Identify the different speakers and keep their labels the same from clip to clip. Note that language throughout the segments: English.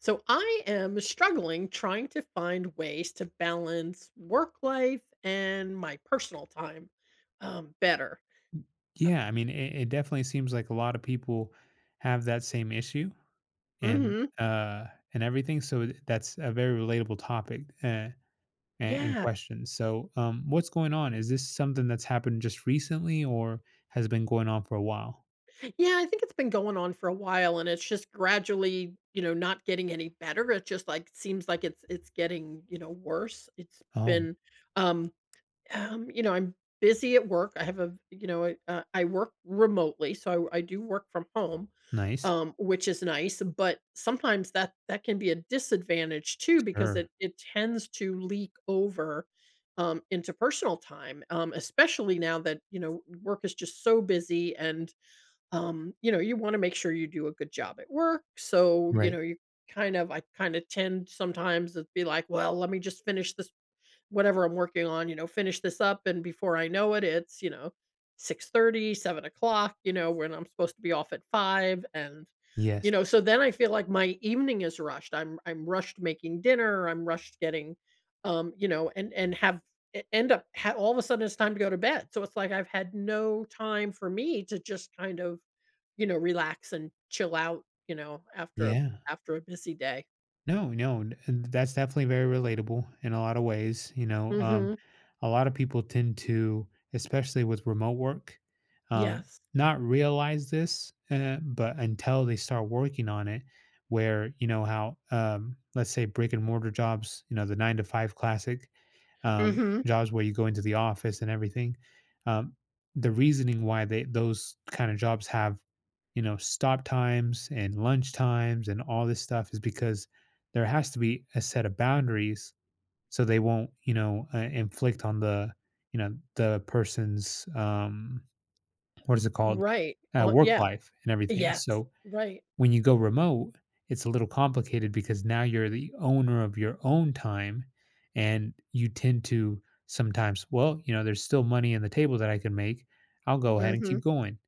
Speaker 1: So I am struggling trying to find ways to balance work life and my personal time, better.
Speaker 2: Yeah, I mean, it definitely seems like a lot of people have that same issue and
Speaker 1: Hmm.
Speaker 2: uh and everything. So that's a very relatable topic and
Speaker 1: Yeah.
Speaker 2: question. So, what's going on? Is this something that's happened just recently or has been going on for a while?
Speaker 1: Yeah, I think it's been going on for a while, and it's just gradually, you know, not getting any better. It just like seems like it's getting, you know, worse. It's
Speaker 2: Oh,
Speaker 1: been um you know, I'm busy at work. I have a, you know, I work remotely, so I do work from home,
Speaker 2: nice.
Speaker 1: which is nice. But sometimes that can be a disadvantage too, because
Speaker 2: Sure.
Speaker 1: it tends to leak over, into personal time, especially now that, you know, work is just so busy. And you know, you want to make sure you do a good job at work. So, you
Speaker 2: Right.
Speaker 1: know, you kind of I kind of tend sometimes to be like, well, let me just finish this, whatever I'm working on, you know, finish this up, and before I know it, it's, you know, 6:30, 7 o'clock, you know, when I'm supposed to be off at 5, and, you
Speaker 2: Yes.
Speaker 1: know, so then I feel like my evening is rushed. I'm rushed making dinner, I'm rushed getting, you know, and have e end up ha all of a sudden it's time to go to bed. So it's like I've had no time for me to just kind of, you know, relax and chill out, you know, after a
Speaker 2: Yeah.
Speaker 1: after a busy day.
Speaker 2: No, no, and that's definitely very relatable in a lot of ways. You know,
Speaker 1: Mhm.
Speaker 2: a lot of people tend to, especially with remote work, um,
Speaker 1: Yes.
Speaker 2: not realize this, but until they start working on it, where you know how, let's say brick and mortar jobs, you know, the nine to five classic
Speaker 1: Mhm.
Speaker 2: jobs where you go into the office and everything. Um, the reasoning why they those kind of jobs have, you know, stop times and lunch times and all this stuff is because there has to be a set of boundaries so they won't, you know, inflict on the, you know, the person's what is it called,
Speaker 1: Right.
Speaker 2: work
Speaker 1: Yeah.
Speaker 2: life and everything.
Speaker 1: Yes.
Speaker 2: So
Speaker 1: Right.
Speaker 2: when you go remote, it's a little complicated because now you're the owner of your own time and you tend to sometimes, well, you know, there's still money on the table that I can make, I'll go ahead and
Speaker 1: Mhm.
Speaker 2: keep going.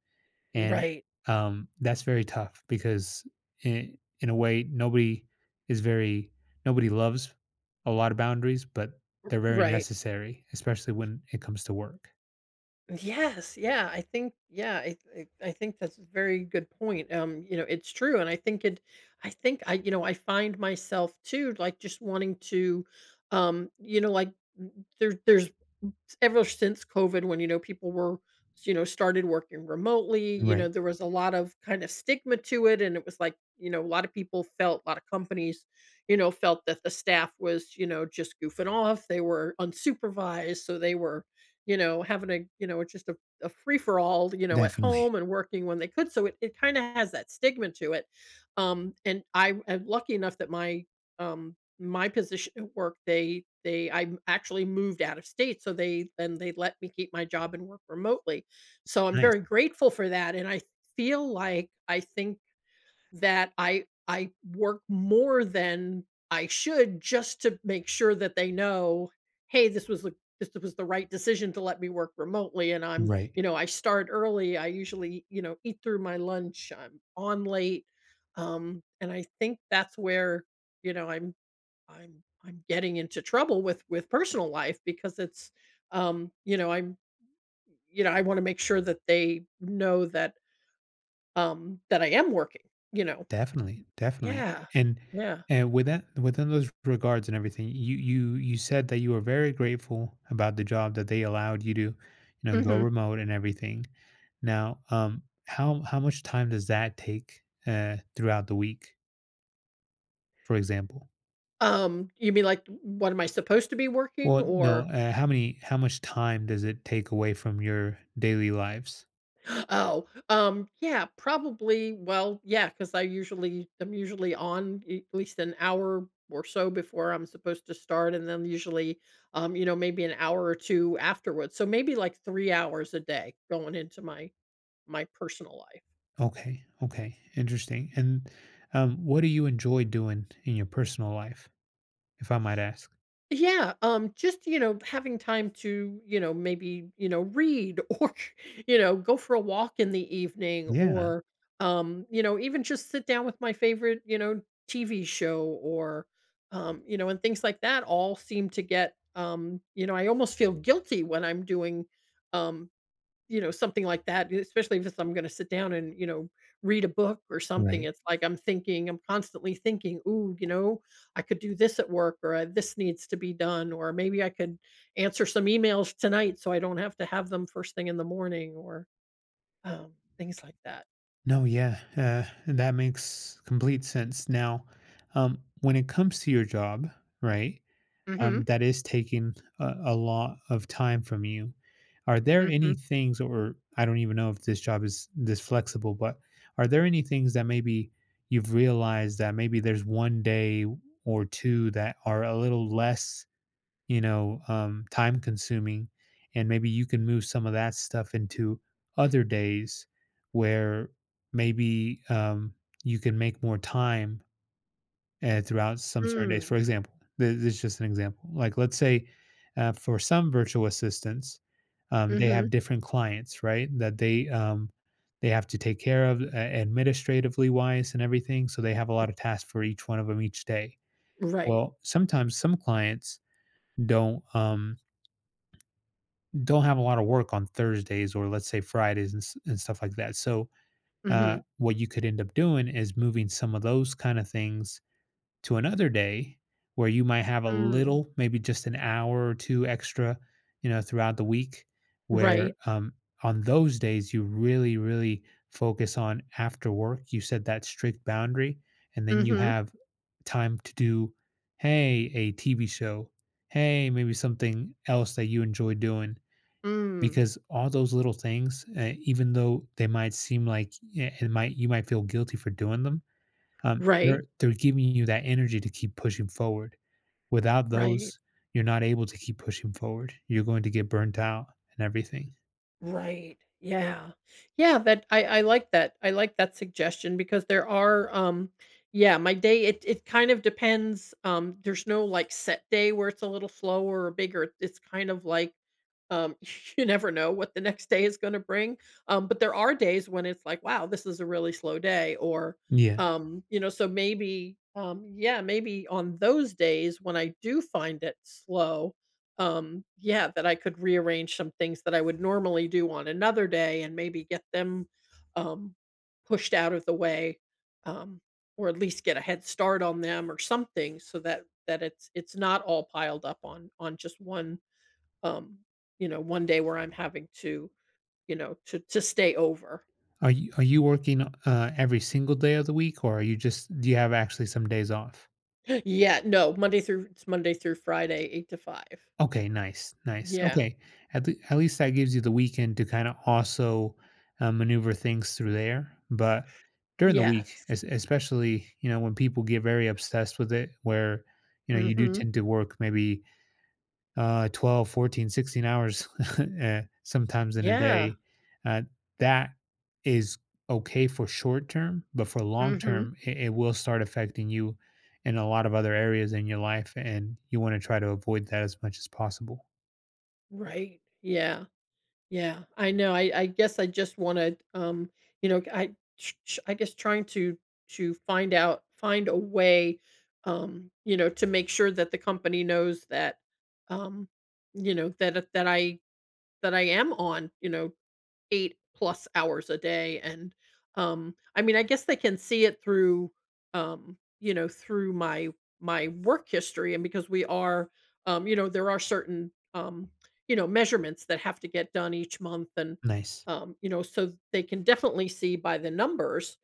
Speaker 2: And
Speaker 1: Right.
Speaker 2: that's very tough because in a way, nobody is very, nobody loves a lot of boundaries, but they're very
Speaker 1: Right.
Speaker 2: necessary, especially when it comes to work.
Speaker 1: Yes. Yeah. I think. Yeah. I. I think that's a very good point. You know, it's true, and I think it. I think I. You know, I find myself too, like, just wanting to, You know, like, there's ever since COVID when, you know, people were, you know, started working remotely. You know,
Speaker 2: Right.
Speaker 1: there was a lot of kind of stigma to it. And it was like, you know, a lot of people felt, a lot of companies, you know, felt that the staff was, you know, just goofing off. They were unsupervised. So they were, you know, having a, you know, just a free for all, you know, at
Speaker 2: Definitely.
Speaker 1: home and working when they could. So it kind of has that stigma to it. And I am lucky enough that um, my position at work, they I m actually moved out of state, so they then they let me keep my job and work remotely. So I'm
Speaker 2: Nice.
Speaker 1: very grateful for that, and I feel like I think that I work more than I should, just to make sure that they know, "Hey, this was the right decision to let me work remotely." And I'm
Speaker 2: Right.
Speaker 1: you know, I start early, I usually, you know, eat through my lunch, I'm on late, and I think that's where, you know, I'm getting into trouble with personal life, because it's you know, I'm you know, I want to make sure that they know that that I am working, you know.
Speaker 2: Definitely, definitely.
Speaker 1: Yeah.
Speaker 2: And
Speaker 1: Yeah.
Speaker 2: and with that, within those regards and everything, you said that you were very grateful about the job that they allowed you to, you know,
Speaker 1: Yeah.
Speaker 2: go
Speaker 1: Mhm.
Speaker 2: remote and everything. Now, how how much time does that take throughout the week, for example?
Speaker 1: You mean, like, what am I supposed to be working,
Speaker 2: Well, no,
Speaker 1: or
Speaker 2: how much time does it take away from your daily lives?
Speaker 1: Oh, yeah, probably, well, yeah, because I'm usually on e at least an hour or so before I'm supposed to start, and then usually, you know, maybe an hour or 2 afterwards, so maybe, like, 3 hours a day going into my personal life.
Speaker 2: Okay, okay, interesting. And what do you enjoy doing in your personal life, if I might ask?
Speaker 1: Yeah, just, you know, having time to, you know, maybe, you know, read or, you know, go for a walk in the evening
Speaker 2: Yeah,
Speaker 1: or, you know, even just sit down with my favorite, you know, TV show or, you know, and things like that all seem to get, you know, I almost feel guilty when I'm doing, um, you know, something like that, especially if it's I'm gonna sit down and, you know, read a book or something.
Speaker 2: right.
Speaker 1: It's like I'm constantly thinking, "Ooh, you know, I could do this at work," or, "This needs to be done," or, "Maybe I could answer some emails tonight so I don't have to have them first thing in the morning," or, um, things like that.
Speaker 2: No, yeah, that makes complete sense. Now, when it comes to your job, right,
Speaker 1: Mhm,
Speaker 2: that is taking a lot of time from you. Are there
Speaker 1: mhm,
Speaker 2: any things, or I don't even know if this job is this flexible, but are there any things that maybe you've realized that maybe there's one day or two that are a little less, you know, time consuming. And maybe you can move some of that stuff into other days where maybe you can make more time throughout some certain days.
Speaker 1: mm,
Speaker 2: For example, this is just an example. Like, let's say for some virtual assistants, they
Speaker 1: mhm,
Speaker 2: have different clients, right? That they have to take care of administratively wise and everything. So they have a lot of tasks for each one of them each day.
Speaker 1: right,
Speaker 2: Well, sometimes some clients don't um, don't have a lot of work on Thursdays or let's say Fridays and stuff like that. So,
Speaker 1: mhm,
Speaker 2: what you could end up doing is moving some of those kind of things to another day where you might have a
Speaker 1: mm,
Speaker 2: little, maybe just an hour or two extra, you know, throughout the week. Where
Speaker 1: right,
Speaker 2: on those days, you really, really focus on after work. You set that strict boundary, and then you
Speaker 1: mhm,
Speaker 2: have time to do, hey, a TV show, hey, maybe something else that you enjoy doing,
Speaker 1: mm,
Speaker 2: because all those little things, even though they might seem like it might you might feel guilty for doing them, um,
Speaker 1: right,
Speaker 2: they're they're giving you that energy to keep pushing forward. Without
Speaker 1: right.
Speaker 2: those, you're not able to keep pushing forward. You're going to get burnt out and everything.
Speaker 1: Right. Yeah. Yeah, that I like that. I like that suggestion, because there are yeah, my day, it kind of depends. There's no, like, set day where it's a little slower or bigger. It's kind of like, um, you never know what the next day is gonna bring, but there are days when it's like, "Wow, this is a really slow day," or,
Speaker 2: Yeah.
Speaker 1: you know, so maybe, yeah, maybe on those days when I do find it slow, yeah, that I could rearrange some things that I would normally do on another day, and maybe get them, um, pushed out of the way, um, or at least get a head start on them or something, so that it's not all piled up on just um, one day where I'm having to, you know, to stay over.
Speaker 2: Are you working every single day of the week, or are you just, do you have actually some days off?
Speaker 1: Yeah, no, Monday through it's Monday through Friday, 8 to 5.
Speaker 2: Okay, nice, nice.
Speaker 1: Yeah.
Speaker 2: Okay, at least that gives you the weekend to kinda also, maneuver things through there, but during the week,
Speaker 1: Yes.
Speaker 2: es especially, you know, when people get very obsessed with it where, you know, you do
Speaker 1: Mhm.
Speaker 2: tend to work maybe, 12, 14, 16 hours, sometimes in a
Speaker 1: Yeah.
Speaker 2: day, uh, that is okay for short term, but for long
Speaker 1: Mhm.
Speaker 2: term, it will start affecting you in a lot of other areas in your life, and you wanna try to avoid that as much as possible.
Speaker 1: Right. Yeah. Yeah, I know. I guess I just wanna, you know, I ch ch I guess trying to find out, find a way, you know, to make sure that the company knows that, um, you know, that I am on, you know, 8 plus hours a day, and, I mean, I guess they can see it through, you know, through my work history, and because we are, you know, there are certain, you know, measurements that have to get done each month, and,
Speaker 2: Nice.
Speaker 1: you know, so they can definitely see by the numbers,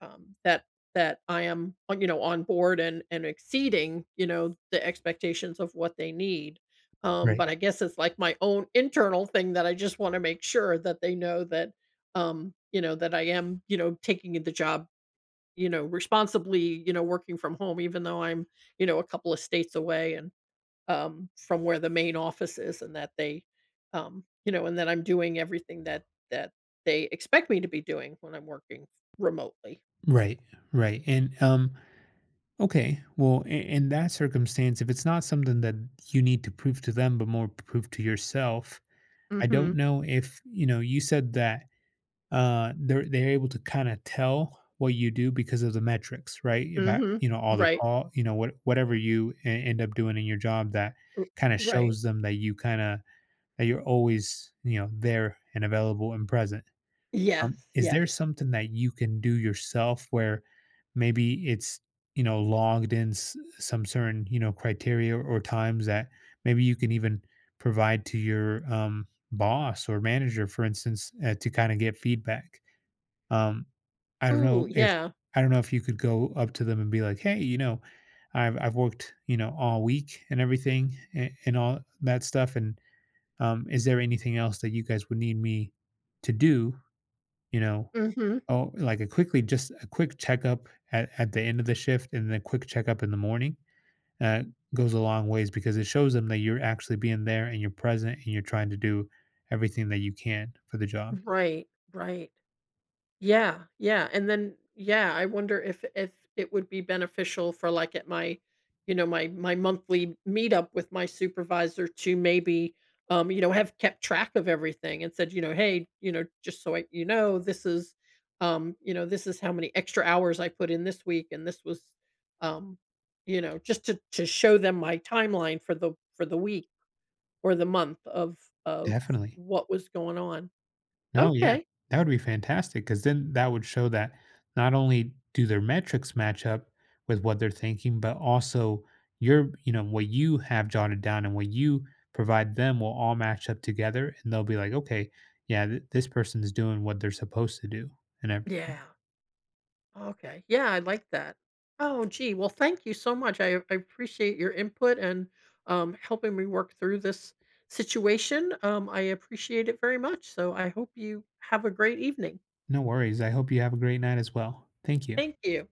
Speaker 1: that I am, you know, on board, and exceeding, you know, the expectations of what they need.
Speaker 2: Right.
Speaker 1: But I guess it's like my own internal thing that I just want to make sure that they know that, you know, that I am, you know, taking the job, you know, responsibly, you know, working from home, even though I'm, you know, a couple of states away, and from where the main office is, and that they, you know, and that I'm doing everything that they expect me to be doing when I'm working remotely.
Speaker 2: Right. Right. And okay, well in that circumstance, if it's not something that you need to prove to them but more prove to yourself, I
Speaker 1: Hmm.
Speaker 2: don't know if, you know, you said that they're able to kind of tell what you do because of the metrics, right? About,
Speaker 1: Mhm.
Speaker 2: you know, all the
Speaker 1: Right.
Speaker 2: call, you know, what whatever you end up doing in your job that
Speaker 1: R
Speaker 2: kind of
Speaker 1: right.
Speaker 2: shows them that you kind of, that you're always, you know, there and available and present.
Speaker 1: Yes,
Speaker 2: Is
Speaker 1: yes.
Speaker 2: there something that you can do yourself where maybe it's, you know, logged in some certain, you know, criteria or times that maybe you can even provide to your boss or manager, for instance, to kind of get feedback? Um, I don't
Speaker 1: Oh,
Speaker 2: know if
Speaker 1: yeah.
Speaker 2: I don't know if you could go up to them and be like, "Hey, you know, I've worked, you know, all week and everything and all that stuff. And is there anything else that you guys would need me to do? You know,
Speaker 1: Mhm.
Speaker 2: oh, like a quickly, just a quick checkup at the end of the shift, and then a quick checkup in the morning, uh, goes a long ways because it shows them that you're actually being there and you're present and you're trying to do everything that you can for the job.
Speaker 1: Right, right. Yeah, yeah, and then yeah, I wonder if it would be beneficial for, like, at my, you know, my monthly meetup with my supervisor to maybe, you know, have kept track of everything, and said, you know, hey, you know, just so I, you know, this is, you know, this is how many extra hours I put in this week, and this was, um, you know, just to show them my timeline for the week or the month of of
Speaker 2: Definitely.
Speaker 1: what was going on.
Speaker 2: No, yeah.
Speaker 1: Okay.
Speaker 2: That would be fantastic. Cause then that would show that not only do their metrics match up with what they're thinking, but also your, you know, what you have jotted down and what you provide them will all match up together, and they'll be like, "Okay, yeah, th this person is doing what they're supposed to do," and everything.
Speaker 1: Yeah. Okay. Yeah, I like that. Oh, gee. Well, thank you so much. I appreciate your input, and helping me work through this situation. I appreciate it very much. So I hope you have a great evening.
Speaker 2: No worries, I hope you have a great night as well. Thank you.
Speaker 1: Thank you.